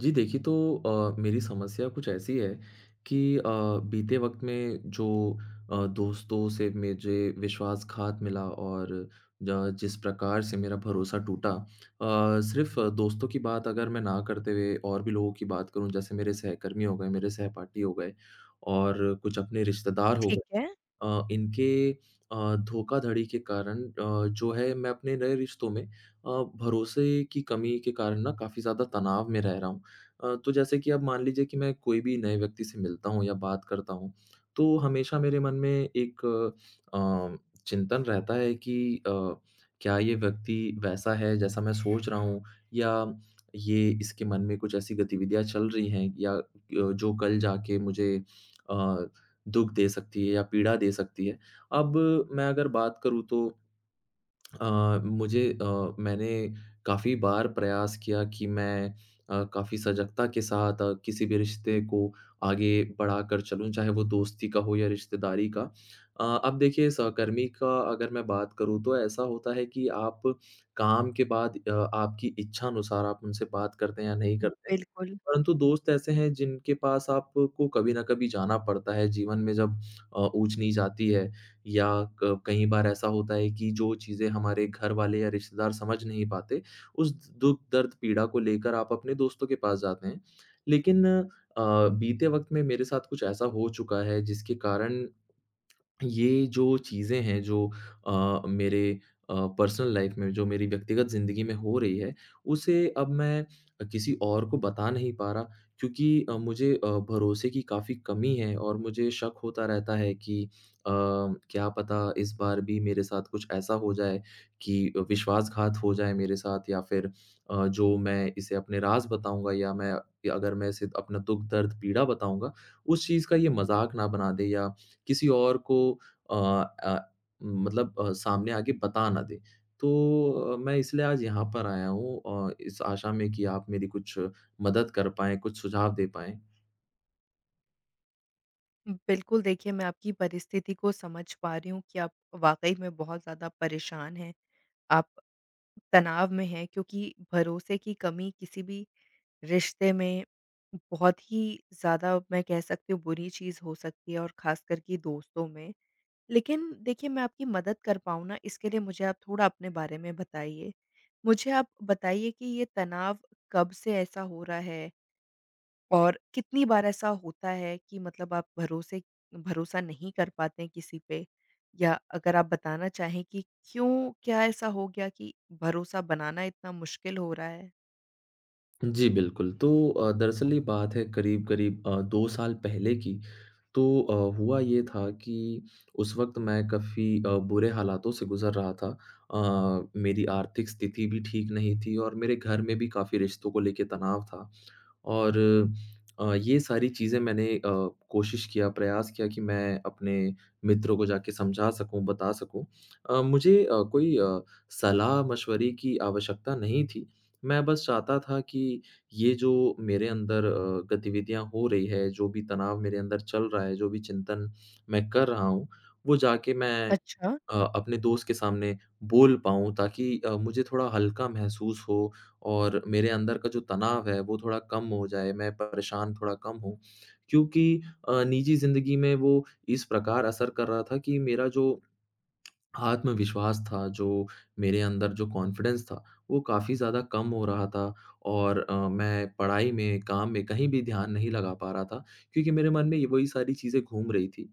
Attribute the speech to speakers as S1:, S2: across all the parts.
S1: जी देखिए तो मेरी समस्या कुछ ऐसी है कि बीते वक़्त में जो दोस्तों से मुझे विश्वासघात मिला और ज जिस प्रकार से मेरा भरोसा टूटा। सिर्फ़ दोस्तों की बात अगर मैं ना करते हुए और भी लोगों की बात करूँ जैसे मेरे सहकर्मी हो गए, मेरे सहपाठी हो गए और कुछ अपने रिश्तेदार हो,
S2: ठीक है।
S1: इनके धोखाधड़ी के कारण जो है मैं अपने नए रिश्तों में भरोसे की कमी के कारण ना काफ़ी ज़्यादा तनाव में रह रहा हूँ। तो जैसे कि अब मान लीजिए कि मैं कोई भी नए व्यक्ति से मिलता हूँ या बात करता हूँ, तो हमेशा मेरे मन में एक अ, चिंतन रहता है कि अ, क्या ये व्यक्ति वैसा है जैसा मैं सोच रहा हूँ या ये इसके मन में कुछ ऐसी गतिविधियाँ चल रही हैं या जो कल जाके मुझे अ, दुःख दे सकती है या पीड़ा दे सकती है। अब मैं अगर बात करूँ तो मुझे मैंने काफ़ी बार प्रयास किया कि मैं काफ़ी सजगता के साथ किसी भी रिश्ते को आगे बढ़ाकर चलूँ, चाहे वो दोस्ती का हो या रिश्तेदारी का। अब देखिए सहकर्मी का अगर मैं बात करूँ तो ऐसा होता है कि आप काम के बाद आपकी इच्छानुसार आप उनसे बात करते हैं या नहीं करते हैं।
S2: बिल्कुल,
S1: परंतु दोस्त ऐसे हैं जिनके पास आपको कभी ना कभी जाना पड़ता है जीवन में जब ऊँच-नीच आती है या क कई बार ऐसा होता है कि जो चीज़ें हमारे घर वाले या रिश्तेदार समझ नहीं पाते, उस दुःख, दर्द, पीड़ा को लेकर आप अपने दोस्तों के पास जाते हैं। लेकिन बीते वक़्त में मेरे साथ कुछ ऐसा हो चुका है जिसके कारण ये जो चीज़ें हैं जो मेरे पर्सनल लाइफ में जो मेरी व्यक्तिगत ज़िंदगी में हो रही है, उसे अब मैं किसी और को बता नहीं पा रहा क्योंकि मुझे भरोसे की काफ़ी कमी है और मुझे शक होता रहता है कि अ, क्या पता इस बार भी मेरे साथ कुछ ऐसा हो जाए कि विश्वासघात हो जाए मेरे साथ या फिर जो मैं इसे अपने राज़ बताऊँगा या मैं अगर मैं इसे अपना दुःख दर्द पीड़ा बताऊँगा, उस चीज़ का ये मज़ाक ना बना दे या किसी और को अ अ, मतलब सामने आके बता ना दें। तो मैं इसलिए आज यहाँ पर आया हूँ इस आशा में कि आप मेरी कुछ मदद कर पाएँ, कुछ सुझाव दे पाएँ।
S2: बिल्कुल देखिए मैं आपकी परिस्थिति को समझ पा रही हूँ कि आप वाक़ई में बहुत ज़्यादा परेशान हैं, आप तनाव में हैं क्योंकि भरोसे की कमी किसी भी रिश्ते में बहुत ही ज़्यादा, मैं कह सकती हूँ, बुरी चीज़ हो सकती है, और ख़ासकर कि दोस्तों में। लेकिन देखिए मैं आपकी मदद कर पाऊँ ना, इसके लिए मुझे आप थोड़ा अपने बारे में बताइए। मुझे आप बताइए कि ये तनाव कब से ऐसा हो रहा है? और कितनी बार ऐसा होता है कि मतलब आप भरोसे भरोसा नहीं कर पाते हैं किसी पे? या अगर आप बताना चाहें कि क्यों क्या ऐसा हो गया कि भरोसा बनाना इतना मुश्किल हो रहा है?
S1: जी, बिल्कुल। तो दरअसल ये बात है करीब-करीब 2 साल पहले की। तो हुआ ये था कि उस वक़्त मैं काफ़ी बुरे हालातों से गुज़र रहा था। मेरी आर्थिक स्थिति भी ठीक नहीं थी और मेरे घर में भी काफ़ी रिश्तों को लेके तनाव था। और ये सारी चीज़ें मैंने कोशिश किया, प्रयास किया कि मैं अपने मित्रों को जाके समझा सकूँ, बता सकूँ। मुझे कोई सलाह-मशवरे की आवश्यकता नहीं थी। मैं बस चाहता था कि ये जो मेरे अंदर गतिविधियाँ हो रही है, जो भी तनाव मेरे अंदर चल रहा है, जो भी चिंतन मैं कर रहा हूँ, वो जाके मैं
S2: अच्छा।
S1: अपने दोस्त के सामने बोल पाऊँ ताकि मुझे थोड़ा हल्का महसूस हो और मेरे अंदर का जो तनाव है वो थोड़ा कम हो जाए, मैं परेशान थोड़ा कम हूँ। क्योंकि निजी ज़िंदगी में वो इस प्रकार असर कर रहा था कि मेरा जो आत्मविश्वास था, जो मेरे अंदर जो कॉन्फिडेंस था, वो काफ़ी ज़्यादा कम हो रहा था और मैं पढ़ाई में, काम में कहीं भी ध्यान नहीं लगा पा रहा था क्योंकि मेरे मन में ये वही सारी चीज़ें घूम रही थी।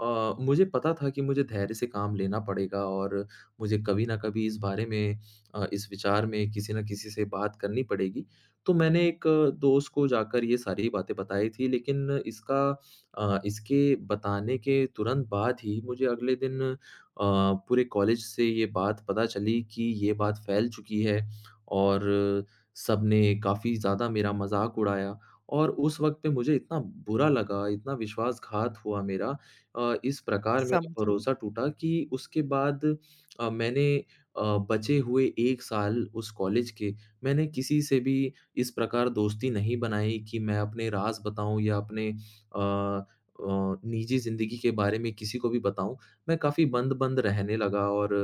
S1: मुझे पता था कि मुझे धैर्य से काम लेना पड़ेगा और मुझे कभी न कभी इस बारे में, इस विचार में किसी न किसी से बात करनी पड़ेगी। तो मैंने एक दोस्त को जाकर ये सारी बातें बताई थी लेकिन इसके बताने के तुरंत बाद ही मुझे अगले दिन अ, पूरे कॉलेज से ये बात पता चली कि ये बात फैल चुकी है और सबने काफ़ी ज़्यादा मेरा मज़ाक उड़ाया और उस वक़्त पे मुझे इतना बुरा लगा, इतना विश्वासघात हुआ मेरा, इस प्रकार मेरा
S2: समझी।
S1: भरोसा टूटा कि उसके बाद मैंने बचे हुए 1 साल उस कॉलेज के मैंने किसी से भी इस प्रकार दोस्ती नहीं बनाई कि मैं अपने राज़ बताऊँ या अपने अ अ, निजी ज़िंदगी के बारे में किसी को भी बताऊँ। मैं काफ़ी बंद-बंद रहने लगा और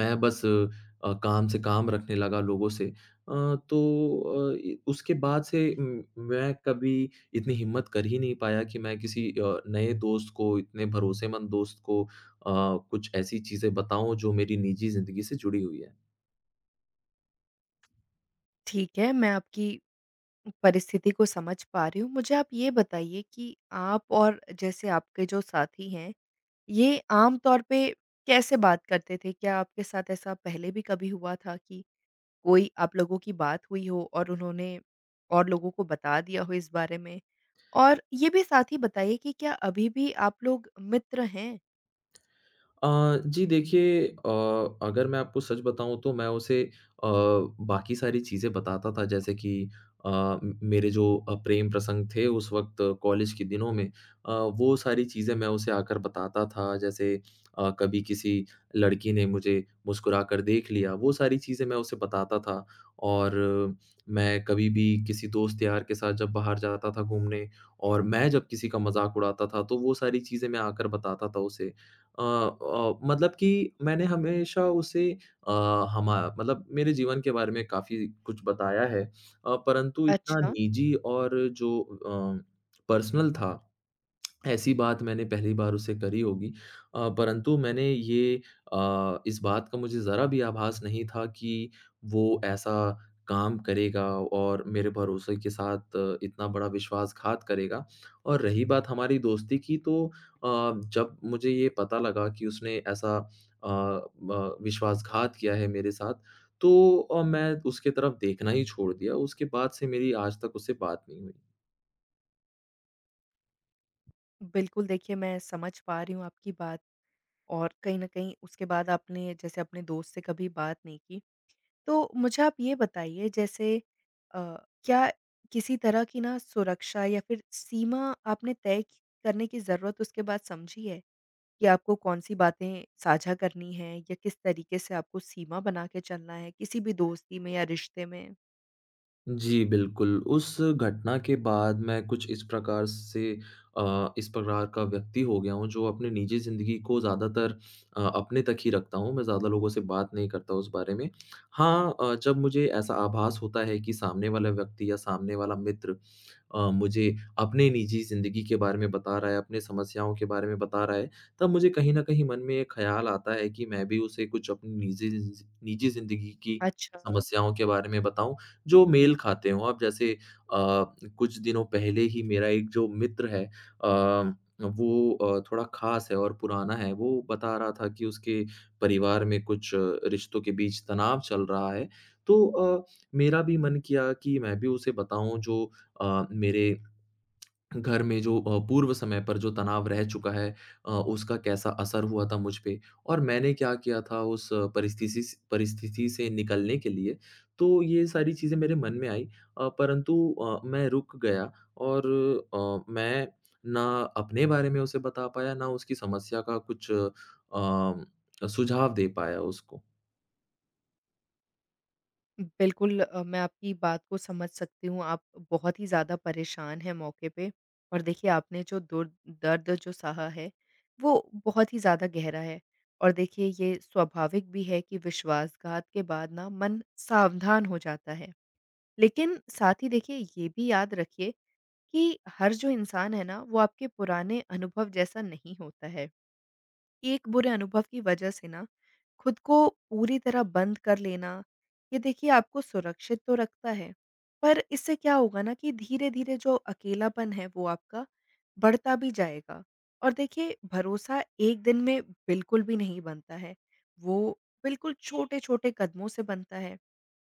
S1: मैं बस काम से काम रखने लगा लोगों से। तो अ, इ उसके बाद से मैं कभी इतनी हिम्मत कर ही नहीं पाया कि मैं किसी नए दोस्त को, इतने भरोसेमंद दोस्त को कुछ ऐसी चीज़ें बताऊँ जो मेरी निजी ज़िंदगी से जुड़ी हुई है।
S2: ठीक है, मैं आपकी परिस्थिति को समझ पा रही हूँ। मुझे आप ये बताइए कि आप और जैसे आपके जो साथी हैं, ये आम तौर पे कैसे बात करते थे? क्या आपके साथ ऐसा पहले भी कभी हुआ था कि कोई आप लोगों की बात हुई हो और उन्होंने और लोगों को बता दिया हो इस बारे में? और ये भी साथ ही बताइए कि क्या अभी भी आप लोग मित्र हैं?
S1: जी देखिए, अगर मैं आपको सच बताऊँ तो मैं उसे बाकी सारी चीज़ें बताता था जैसे कि अ, म मेरे जो प्रेम प्रसंग थे उस वक़्त कॉलेज के दिनों में, वो सारी चीज़ें मैं उसे आकर बताता था, जैसे कभी किसी लड़की ने मुझे मुस्कुराकर देख लिया, वो सारी चीज़ें मैं उसे बताता था। और मैं कभी भी किसी दोस्त यार के साथ जब बाहर जाता था घूमने और मैं जब किसी का मज़ाक उड़ाता था तो वो सारी चीज़ें मैं आकर बताता था उसे। मतलब कि मैंने हमेशा उसे अ, हमा मतलब मेरे जीवन के बारे में काफ़ी कुछ बताया है, परंतु इतना
S2: अच्छा।
S1: निजी और जो पर्सनल था ऐसी बात मैंने पहली बार उससे करी होगी। अ, परंतु मैंने ये अ, इस बात का मुझे ज़रा भी आभास नहीं था कि वो ऐसा काम करेगा और मेरे भरोसे के साथ इतना बड़ा विश्वासघात करेगा। और रही बात हमारी दोस्ती की, तो जब मुझे ये पता लगा कि उसने ऐसा अ, ब विश्वासघात किया है मेरे साथ तो मैं उसकी तरफ देखना ही छोड़ दिया। उसके बाद से मेरी आज तक उससे बात नहीं हुई।
S2: बिल्कुल, देखिए मैं समझ पा रही हूँ आपकी बात। और कहीं न कहीं उसके बाद आपने जैसे अपने दोस्त से कभी बात नहीं की। तो मुझे आप ये बताइए, जैसे अ, क्या किसी तरह की ना सुरक्षा या फिर सीमा आपने तय क करने की ज़रूरत उसके बाद समझी है? कि आपको कौन-सी बातें साझा करनी है, या किस तरीके से आपको सीमा बना के चलना है किसी भी दोस्ती में या रिश्ते में?
S1: जी, बिल्कुल। उस घटना के बाद मैं कुछ इस प्रकार से, इस प्रकार का व्यक्ति हो गया हूँ जो अपनी निजी ज़िंदगी को ज़्यादातर अपने तक ही रखता हूँ, मैं ज़्यादा लोगों से बात नहीं करता उस बारे में। हाँ, जब मुझे ऐसा आभास होता है कि सामने वाला व्यक्ति या सामने वाला मित्र मुझे अपने निजी ज़िंदगी के बारे में बता रहा है, अपने समस्याओं के बारे में बता रहा है, तब मुझे कहीं न कहीं मन में ये ख़्याल आता है कि मैं भी उसे कुछ अपनी निजी ज़िंदगी की
S2: अच्छा,
S1: समस्याओं के बारे में बताऊँ, जो मेल खाते हों। अब जैसे अ, कुछ दिनों पहले ही मेरा एक जो मित्र है, अ, वो थोड़ा ख़ास है और पुराना है, वो बता रहा था कि उसके परिवार में कुछ रिश्तों के बीच तनाव चल रहा है। तो मेरा भी मन किया कि मैं भी उसे बताऊँ जो मेरे घर में जो पूर्व समय पर जो तनाव रह चुका है, उसका कैसा असर हुआ था मुझ पे और मैंने क्या किया था उस परिस्थिति से निकलने के लिए। तो ये सारी चीज़ें मेरे मन में आई, परंतु मैं रुक गया और मैं ना अपने बारे में उसे बता पाया, ना उसकी समस्या का कुछ सुझाव दे पाया उसको।
S2: बिल्कुल। मैं आपकी बात को समझ सकती हूँ, आप बहुत ही ज़्यादा परेशान हैं मौके पे। और देखिए आपने जो दुर दर्द जो सहा है, वो बहुत ही ज़्यादा गहरा है। और देखिए ये स्वाभाविक भी है कि विश्वासघात के बाद ना मन सावधान हो जाता है। लेकिन साथ ही देखिए ये भी याद रखिए कि हर जो इंसान है ना, वो आपके पुराने अनुभव जैसा नहीं होता है। एक बुरे अनुभव की वजह से ना, खुद को पूरी तरह बंद कर लेना, ये देखिए आपको सुरक्षित तो रखता है, पर इससे क्या होगा ना कि धीरे-धीरे जो अकेलापन है, वो आपका बढ़ता भी जाएगा। और देखिए, भरोसा एक दिन में बिल्कुल भी नहीं बनता है, वो बिल्कुल छोटे-छोटे कदमों से बनता है।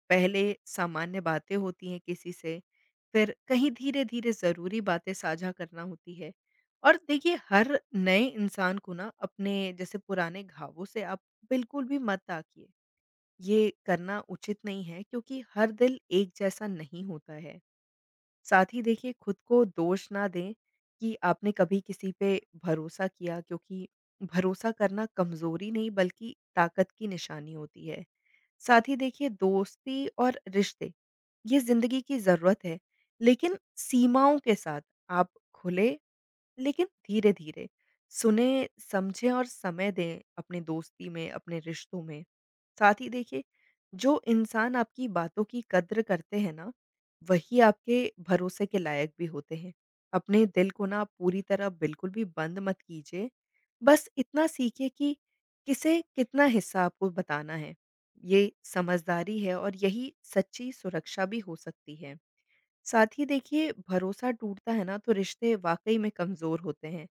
S2: पहले सामान्य बातें होती हैं किसी से, फिर कहीं धीरे-धीरे ज़रूरी बातें साझा करना होती है। और देखिए, हर नए इंसान को ना अपने जैसे पुराने घावों से आप बिल्कुल भी मत ताकिए। ये करना उचित नहीं है, क्योंकि हर दिल एक जैसा नहीं होता है। साथ ही देखिए, खुद को दोष ना दें कि आपने कभी किसी पे भरोसा किया, क्योंकि भरोसा करना कमजोरी नहीं, बल्कि ताकत की निशानी होती है। साथ ही देखिए, दोस्ती और रिश्ते, ये जिंदगी की जरूरत है, लेकिन सीमाओं के साथ। आप खुले, लेकिन धीरे धीरे, सुने, समझें और समय दें अपने दोस्ती में, अपने रिश्तों में। साथ ही देखिए, जो इंसान आपकी बातों की कद्र करते हैं ना, वही आपके भरोसे के लायक भी होते हैं। अपने दिल को ना पूरी तरह बिल्कुल भी बंद मत कीजिए। बस इतना सीखिए कि किसे कितना हिस्सा आपको बताना है। ये समझदारी है, और यही सच्ची सुरक्षा भी हो सकती है। साथ ही देखिए, भरोसा टूटता है ना, तो रिश्ते वाक़ई में कमज़ोर होते हैं,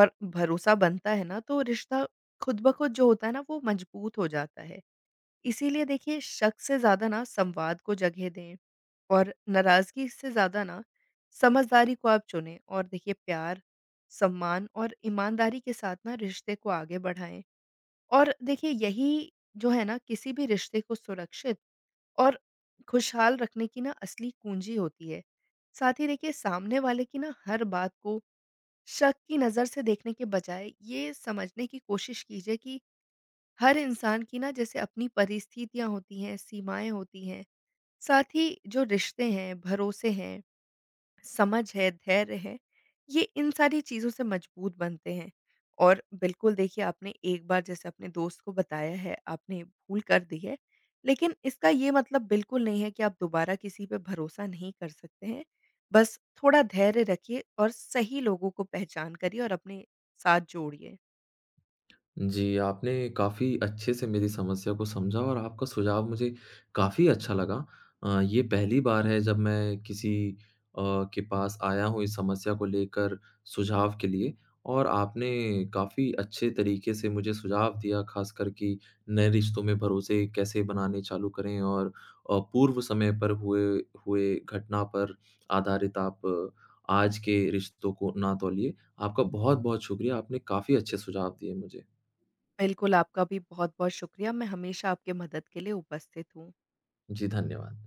S2: और भरोसा बनता है ना, तो रिश्ता खुद ब खुद जो होता है ना, वो मजबूत हो जाता है। इसीलिए देखिए, शक से ज़्यादा ना संवाद को जगह दें, और नाराज़गी से ज़्यादा ना समझदारी को आप चुनें, और देखिए, प्यार, सम्मान और ईमानदारी के साथ ना रिश्ते को आगे बढ़ाएं। और देखिए, यही जो है ना, किसी भी रिश्ते को सुरक्षित और खुशहाल रखने की ना असली कुंजी होती है। साथ ही देखिए, सामने वाले की ना हर बात को शक की नज़र से देखने के बजाय ये समझने की कोशिश कीजिए कि हर इंसान की ना जैसे अपनी परिस्थितियाँ होती हैं, सीमाएँ होती हैं, साथ ही जो रिश्ते हैं, भरोसे हैं, समझ है, धैर्य है, ये इन सारी चीज़ों से मजबूत बनते हैं। और बिल्कुल देखिए, आपने एक बार जैसे अपने दोस्त को बताया है, आपने भूल कर दी है, लेकिन इसका ये मतलब बिल्कुल नहीं है कि आप दोबारा किसी पे भरोसा नहीं कर सकते हैं। बस थोड़ा धैर्य रखिए और सही लोगों को पहचान करिए और अपने साथ जोड़िए।
S1: जी, आपने काफ़ी अच्छे से मेरी समस्या को समझा और आपका सुझाव मुझे काफ़ी अच्छा लगा। ये पहली बार है जब मैं किसी अ, के पास आया हूँ इस समस्या को लेकर सुझाव के लिए और आपने काफ़ी अच्छे तरीके से मुझे सुझाव दिया, ख़ासकर कि नए रिश्तों में भरोसे कैसे बनाने चालू करें और पूर्व समय पर हुए हुए घटना पर आधारित आप आज के रिश्तों को ना तौलिए। आपका बहुत-बहुत शुक्रिया, आपने काफ़ी अच्छे सुझाव दिए मुझे।
S2: बिल्कुल, आपका भी बहुत-बहुत शुक्रिया। मैं हमेशा आपके मदद के लिए उपस्थित हूँ।
S1: जी, धन्यवाद।